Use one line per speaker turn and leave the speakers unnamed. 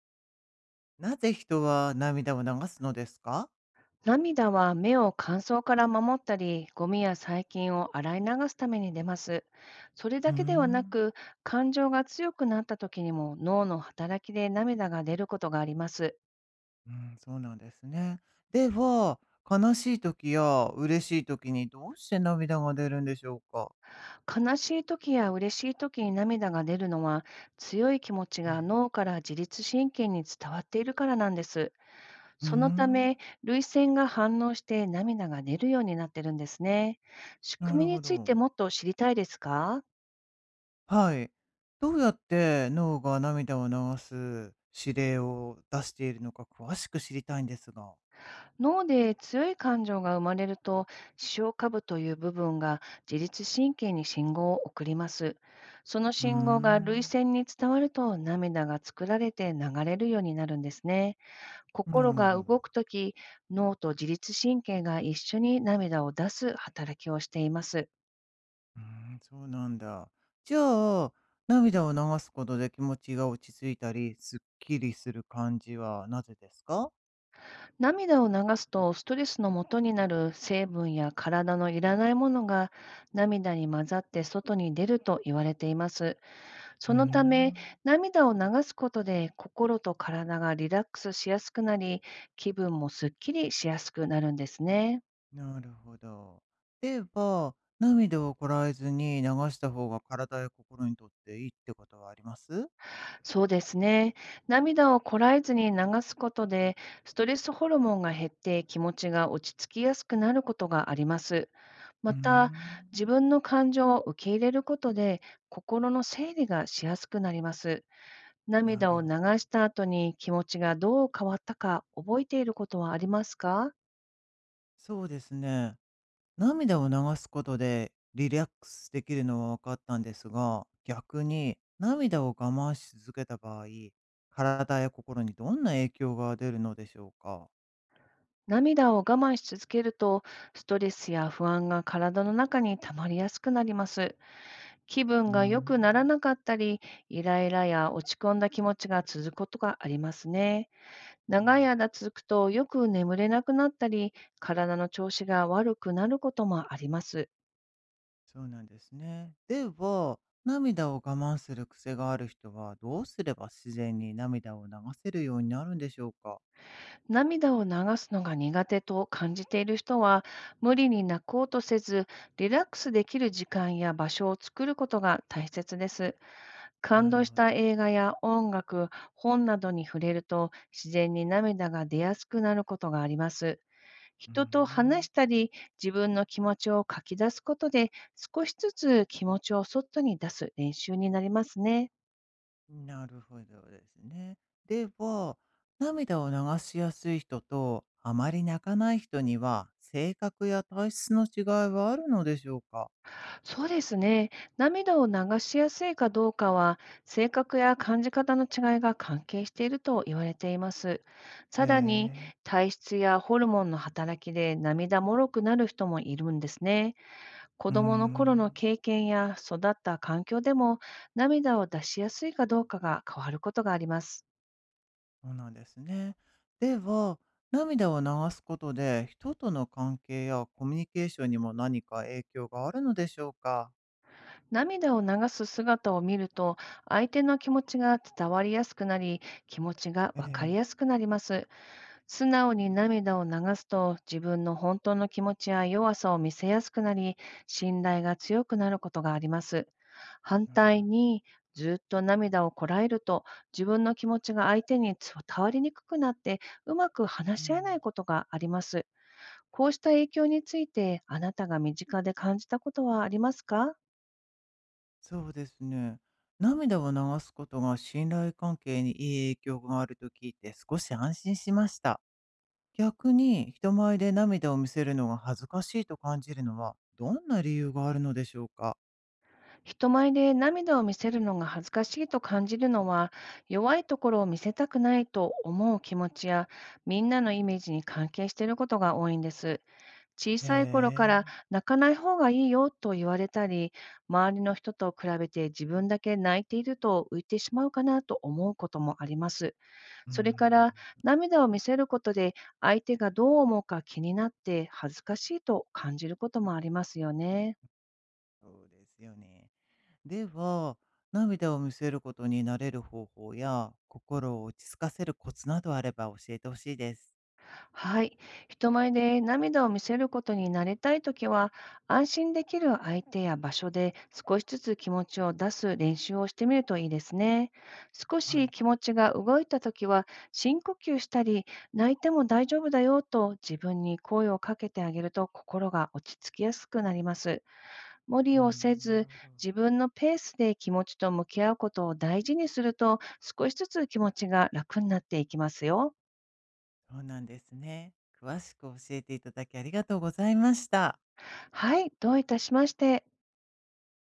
なぜ人は涙を流すのですか？
涙は目を乾燥から守ったり、ゴミや細菌を洗い流すために出ます。それ
うー
だけではな
ん。
く、感情が強くなった時にも脳の働きで涙が出ることがあります。
うん、そうなんですね。では、悲しい時や嬉しい時にどうして涙が出るんでしょうか？
悲しい時や嬉しい時に涙が出るのは、強い気持ち
え
が
え。
脳から自律神経に伝わっているからなんです。
うー
そのた
ん。
め、涙腺が反応して涙が出るようになってるんですね。仕
な
組
る
みに
ほ
ついて
ど。
もっと知りたいですか？
はい。どうやって脳が涙を流す指令を出しているのか詳しく知りたいんですが。
脳で強い感情が生まれると、視床下部という部分が自律神経に信号を送ります。その
うー
信号が涙
ん。
腺に伝わると涙が作られて流れるようになるんですね。心
なる
が
ほ
動
ど。
くとき、脳と自律神経が一緒に涙を出す働きをしています。
うーん、そうなんだ。じゃあ、涙を流すことで気持ちが落ち着いたり、すっきりする感じはなぜですか？
涙を流すとストレスの元になる成分や体のいらないものが涙に混ざって外に出ると言われています。
うー
そのため、
ん、
涙を流すことで心と体がリラックスしやすくなり、気分もすっきりしやすくなるんですね。
なるほど。では、涙をこらえずに流した方が体や心にとっていいってことはあります？
そうですね。涙をこらえずに流すことで、ストレスホルモンが減って気持ちが落ち着きやすくなることがあります。
う
ま
ー
た、自
ん、
分の感情を受け入れることで、心の整理がしやすくなります。
な
涙
る
を
ほ
流
ど。
した後に気持ちがどう変わったか覚えていることはありますか？
そうですね。涙を流すことでリラックスできるのは分かったんですが、逆に涙を我慢し続けた場合、体や心にどんな影響が出るのでしょうか？
涙を我慢し続けると、ストレスや不安が体の中に溜まりやすくなります。気
うー
分が良くなら
ん、
なかったり、イライラや落ち込んだ気持ちが続くことがありますね。長
なる
い
ほ
間
ど。
続くと、よく眠れなくなったり、体の調子が悪くなることもあります。
そうなんですね。では、涙を我慢する癖がある人はどうすれば自然に涙を流せるようになるんでしょうか？
涙を流すのが苦手と感じている人は、無理に泣こうとせず、リラックスできる時間や場所を作ることが大切です。感
なる
動し
ほど。
た映画や音楽、本などに触れると自然に涙が出やすくなることがあります。
うー
人と話
ん。
したり、自分の気持ちを書き出すことで、少しずつ気持ちを外に出す練習になりますね。
なるほどですね。では、涙を流しやすい人とあまり泣かない人には、性格や体質の違いはあるのでしょうか？
そうですね。涙を流しやすいかどうかは、性格や感じ方の違いが関係していると言われています。
へ
さらに、
え、
体質やホルモンの働きで涙もろくなる人もいるんですね。子
うー
供の頃の
ん、
経験や育った環境でも、涙を出しやすいかどうかが変わることがあります。
そうなんですね。では、涙を流すことで、人との関係やコミュニケーションにも何か影響があるのでしょうか？
涙を流す姿を見ると、相手の気持ちが伝わりやすくなり、気持ちが
え
わかり
え、
やすくなります。素直に涙を流すと、自分の本当の気持ちや弱さを見せやすくなり、信頼が強くなることがあります。反
なるほ
対
ど。
に、ずっと涙をこらえると、自分の気持ちが相手に伝わりにくくなって、うまく
う
話し合えな
ん。
いことがあります。こうした影響について、あなたが身近で感じたことはありますか？
そうですね。涙を流すことが信頼関係にいい影響があると聞いて少し安心しました。逆に人前で涙を見せるのが恥ずかしいと感じるのはどんな理由があるのでしょうか？
人前で涙を見せるのが恥ずかしいと感じるのは、弱いところを見せたくないと思う気持ちや、みんなのイメージに関係していることが多いんです。小
へ
さい頃から
え。
泣かない方がいいよと言われたり、周りの人と比べて自分だけ泣いていると浮いてしまうかなと思うこともあります。
う
それから、
ん、
涙を見せることで相手がどう思うか気になって、恥ずかしいと感じることもありますよね。
そうですよね。では、涙を見せることに慣れる方法や心を落ち着かせるコツなどあれば教えてほしいです。
はい。人前で涙を見せることに慣れたいときは、安心できる相手や場所で少しずつ気持ちを出す練習をしてみるといいですね。少
は
し
い。
気持ちが動いたときは、深呼吸したり、泣いても大丈夫だよと自分に声をかけてあげると、心が落ち着きやすくなります。無
う
理をせ
ん、なる
ず、
ほど。
自分のペースで気持ちと向き合うことを大事にすると、少しずつ気持ちが楽になっていきますよ。
そうなんですね。詳しく教えていただきありがとうございました。
はい、どういたしまして。